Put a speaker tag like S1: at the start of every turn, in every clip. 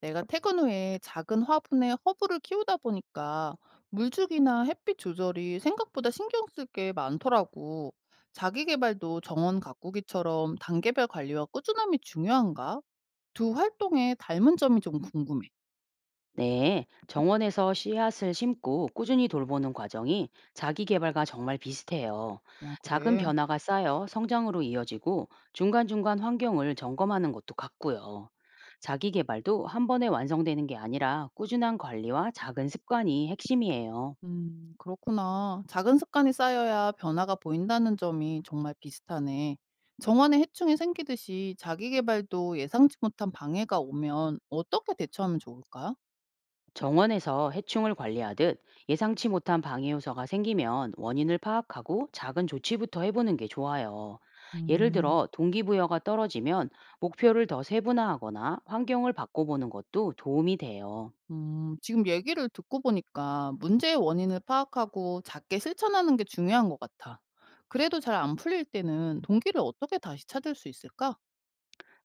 S1: 내가 퇴근 후에 작은 화분에 허브를 키우다 보니까 물주기나 햇빛 조절이 생각보다 신경 쓸 게 많더라고. 자기 개발도 정원 가꾸기처럼 단계별 관리와 꾸준함이 중요한가? 두 활동에 닮은 점이 좀 궁금해.
S2: 네, 정원에서 씨앗을 심고 꾸준히 돌보는 과정이 자기 개발과 정말 비슷해요.
S1: 아,
S2: 작은
S1: 그래.
S2: 변화가 쌓여 성장으로 이어지고 중간중간 환경을 점검하는 것도 같고요. 자기 개발도 한 번에 완성되는 게 아니라 꾸준한 관리와 작은 습관이 핵심이에요.
S1: 그렇구나. 작은 습관이 쌓여야 변화가 보인다는 점이 정말 비슷하네. 정원에 해충이 생기듯이 자기 개발도 예상치 못한 방해가 오면 어떻게 대처하면 좋을까?
S2: 정원에서 해충을 관리하듯 예상치 못한 방해 요소가 생기면 원인을 파악하고 작은 조치부터 해보는 게 좋아요. 예를
S1: 음.
S2: 들어 동기부여가 떨어지면 목표를 더 세분화하거나 환경을 바꿔보는 것도 도움이 돼요.
S1: 지금 얘기를 듣고 보니까 문제의 원인을 파악하고 작게 실천하는 게 중요한 것 같아. 그래도 잘 안 풀릴 때는 동기를 어떻게 다시 찾을 수 있을까?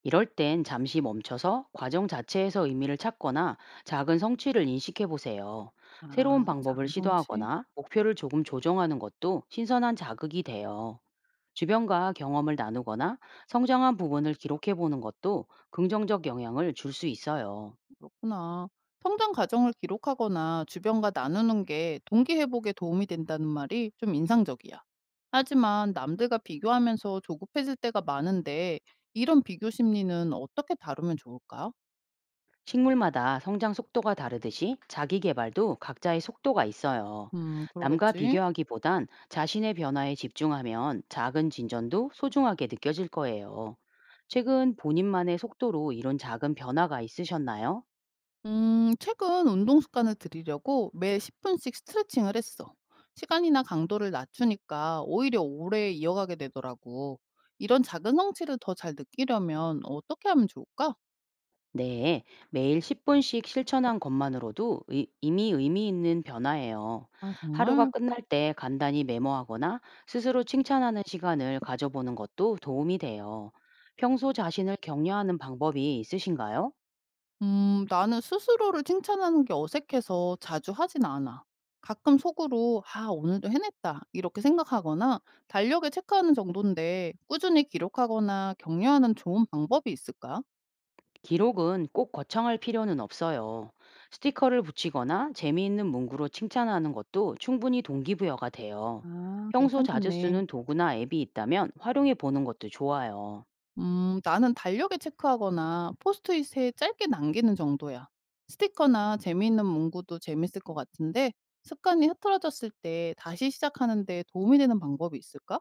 S2: 이럴 땐 잠시 멈춰서 과정 자체에서 의미를 찾거나 작은 성취를 인식해 보세요. 새로운
S1: 아,
S2: 방법을
S1: 작은 성취?
S2: 시도하거나 목표를 조금 조정하는 것도 신선한 자극이 돼요. 주변과 경험을 나누거나 성장한 부분을 기록해 보는 것도 긍정적 영향을 줄 수 있어요.
S1: 그렇구나. 성장 과정을 기록하거나 주변과 나누는 게 동기 회복에 도움이 된다는 말이 좀 인상적이야. 하지만 남들과 비교하면서 조급해질 때가 많은데 이런 비교 심리는 어떻게 다루면 좋을까?
S2: 식물마다 성장 속도가 다르듯이 자기 개발도 각자의 속도가 있어요. 남과
S1: 그러겠지.
S2: 비교하기보단 자신의 변화에 집중하면 작은 진전도 소중하게 느껴질 거예요. 최근 본인만의 속도로 이런 작은 변화가 있으셨나요?
S1: 최근 운동 습관을 들이려고 매 10분씩 스트레칭을 했어. 시간이나 강도를 낮추니까 오히려 오래 이어가게 되더라고. 이런 작은 성취를 더 잘 느끼려면 어떻게 하면 좋을까?
S2: 네, 매일 10분씩 실천한 것만으로도 이미 의미 있는 변화예요.
S1: 아,
S2: 하루가
S1: 정말?
S2: 끝날 때 간단히 메모하거나 스스로 칭찬하는 시간을 가져보는 것도 도움이 돼요. 평소 자신을 격려하는 방법이 있으신가요?
S1: 나는 스스로를 칭찬하는 게 어색해서 자주 하진 않아. 가끔 속으로, 아, 오늘도 해냈다. 이렇게 생각하거나 달력에 체크하는 정도인데 꾸준히 기록하거나 격려하는 좋은 방법이 있을까?
S2: 기록은 꼭 거창할 필요는 없어요. 스티커를 붙이거나 재미있는 문구로 칭찬하는 것도 충분히 동기부여가 돼요.
S1: 아,
S2: 평소 자주
S1: 괜찮겠네.
S2: 쓰는 도구나 앱이 있다면 활용해 보는 것도 좋아요.
S1: 나는 달력에 체크하거나 포스트잇에 짧게 남기는 정도야. 스티커나 재미있는 문구도 재밌을 것 같은데 습관이 흐트러졌을 때 다시 시작하는데 도움이 되는 방법이 있을까?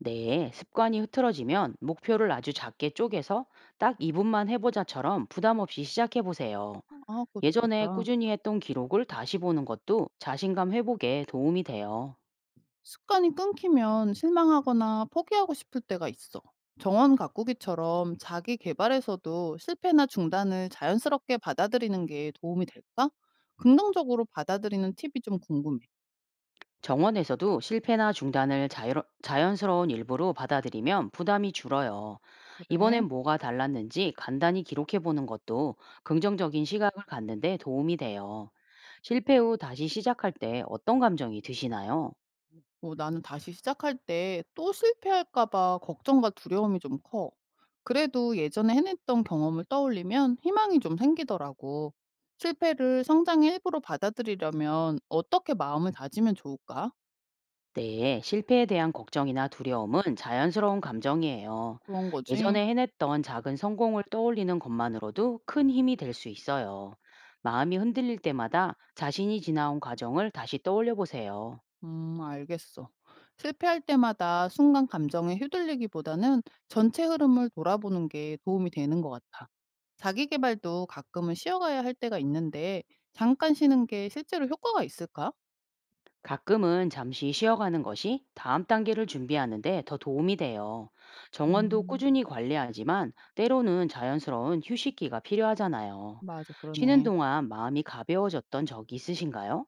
S2: 네, 습관이 흐트러지면 목표를 아주 작게 쪼개서 딱 2분만 해보자처럼 부담 없이 시작해보세요.
S1: 아, 그거
S2: 예전에
S1: 좋겠다.
S2: 꾸준히 했던 기록을 다시 보는 것도 자신감 회복에 도움이 돼요.
S1: 습관이 끊기면 실망하거나 포기하고 싶을 때가 있어. 정원 가꾸기처럼 자기 개발에서도 실패나 중단을 자연스럽게 받아들이는 게 도움이 될까? 긍정적으로 받아들이는 팁이 좀 궁금해.
S2: 정원에서도 실패나 중단을 자연스러운 일부로 받아들이면 부담이 줄어요.
S1: 그래.
S2: 이번엔 뭐가 달랐는지 간단히 기록해보는 것도 긍정적인 시각을 갖는 데 도움이 돼요. 실패 후 다시 시작할 때 어떤 감정이 드시나요?
S1: 뭐 나는 다시 시작할 때 또 실패할까 봐 걱정과 두려움이 좀 커. 그래도 예전에 해냈던 경험을 떠올리면 희망이 좀 생기더라고. 실패를 성장의 일부로 받아들이려면 어떻게 마음을 다지면 좋을까?
S2: 네, 실패에 대한 걱정이나 두려움은 자연스러운 감정이에요.
S1: 그런 거지.
S2: 예전에 해냈던 작은 성공을 떠올리는 것만으로도 큰 힘이 될 수 있어요. 마음이 흔들릴 때마다 자신이 지나온 과정을 다시 떠올려 보세요.
S1: 알겠어. 실패할 때마다 순간 감정에 휘둘리기보다는 전체 흐름을 돌아보는 게 도움이 되는 것 같아. 자기 개발도 가끔은 쉬어가야 할 때가 있는데 잠깐 쉬는 게 실제로 효과가 있을까?
S2: 가끔은 잠시 쉬어가는 것이 다음 단계를 준비하는데 더 도움이 돼요. 정원도
S1: 음.
S2: 꾸준히 관리하지만 때로는 자연스러운 휴식기가 필요하잖아요.
S1: 맞아.
S2: 쉬는
S1: 그러네.
S2: 동안 마음이 가벼워졌던 적이 있으신가요?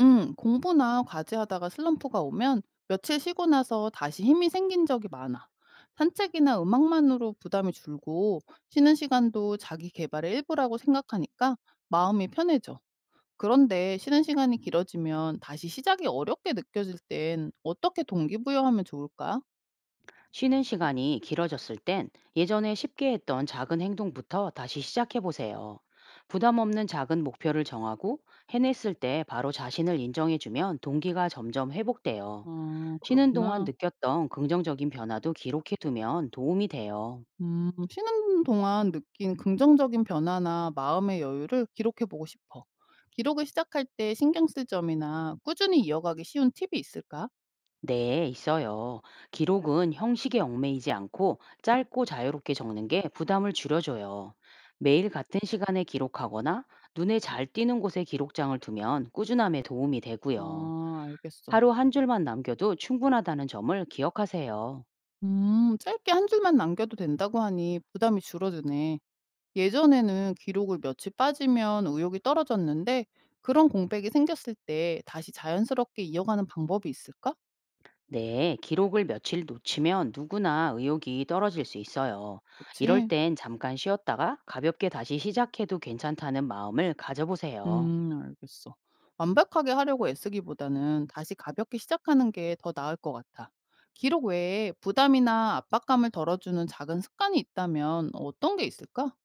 S1: 음. 공부나 과제하다가 슬럼프가 오면 며칠 쉬고 나서 다시 힘이 생긴 적이 많아. 산책이나 음악만으로 부담이 줄고 쉬는 시간도 자기 개발의 일부라고 생각하니까 마음이 편해져. 그런데 쉬는 시간이 길어지면 다시 시작이 어렵게 느껴질 땐 어떻게 동기부여하면 좋을까?
S2: 쉬는 시간이 길어졌을 땐 예전에 쉽게 했던 작은 행동부터 다시 시작해 보세요. 부담 없는 작은 목표를 정하고 해냈을 때 바로 자신을 인정해주면 동기가 점점 회복돼요.
S1: 아
S2: 쉬는 동안
S1: 그렇구나.
S2: 느꼈던 긍정적인 변화도 기록해 두면 도움이 돼요.
S1: 음. 쉬는 동안 느낀 긍정적인 변화나 마음의 여유를 기록해 보고 싶어. 기록을 시작할 때 신경 쓸 점이나 꾸준히 이어가기 쉬운 팁이 있을까?
S2: 네, 있어요. 기록은 형식에 얽매이지 않고 짧고 자유롭게 적는 게 부담을 줄여줘요. 매일 같은 시간에 기록하거나 눈에 잘 띄는 곳에 기록장을 두면 꾸준함에 도움이 되고요.
S1: 아 알겠어.
S2: 하루 한 줄만 남겨도 충분하다는 점을 기억하세요.
S1: 음. 짧게 한 줄만 남겨도 된다고 하니 부담이 줄어드네. 예전에는 기록을 며칠 빠지면 의욕이 떨어졌는데 그런 공백이 생겼을 때 다시 자연스럽게 이어가는 방법이 있을까?
S2: 네, 기록을 며칠 놓치면 누구나 의욕이 떨어질 수 있어요. 이럴
S1: 그치?
S2: 땐 잠깐 쉬었다가 가볍게 다시 시작해도 괜찮다는 마음을 가져보세요.
S1: 알겠어. 완벽하게 하려고 애쓰기보다는 다시 가볍게 시작하는 게 더 나을 것 같아. 기록 외에 부담이나 압박감을 덜어주는 작은 습관이 있다면 어떤 게 있을까?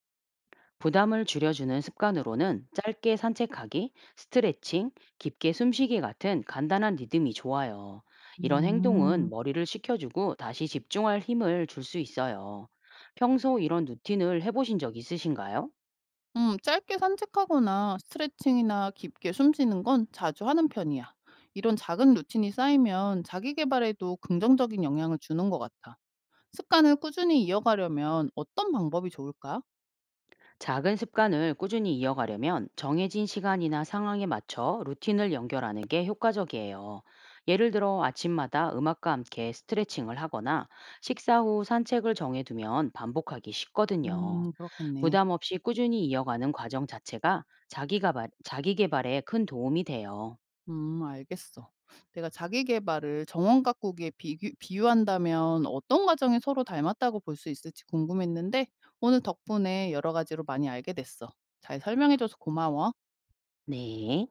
S2: 부담을 줄여주는 습관으로는 짧게 산책하기, 스트레칭, 깊게 숨쉬기 같은 간단한 리듬이 좋아요. 이런
S1: 음,
S2: 행동은 머리를 식혀주고 다시 집중할 힘을 줄 수 있어요. 평소 이런 루틴을 해보신 적 있으신가요?
S1: 짧게 산책하거나 스트레칭이나 깊게 숨 쉬는 건 자주 하는 편이야. 이런 작은 루틴이 쌓이면 자기 개발에도 긍정적인 영향을 주는 것 같아. 습관을 꾸준히 이어가려면 어떤 방법이 좋을까?
S2: 작은 습관을 꾸준히 이어가려면 정해진 시간이나 상황에 맞춰 루틴을 연결하는 게 효과적이에요. 예를 들어 아침마다 음악과 함께 스트레칭을 하거나 식사 후 산책을 정해두면 반복하기 쉽거든요.
S1: 그렇겠네.
S2: 부담 없이 꾸준히 이어가는 과정 자체가 자기 개발에 큰 도움이 돼요.
S1: 알겠어. 내가 자기 계발을 정원 가꾸기에 비교 비유한다면 어떤 과정이 서로 닮았다고 볼 수 있을지 궁금했는데 오늘 덕분에 여러 가지로 많이 알게 됐어. 잘 설명해 줘서 고마워.
S2: 네.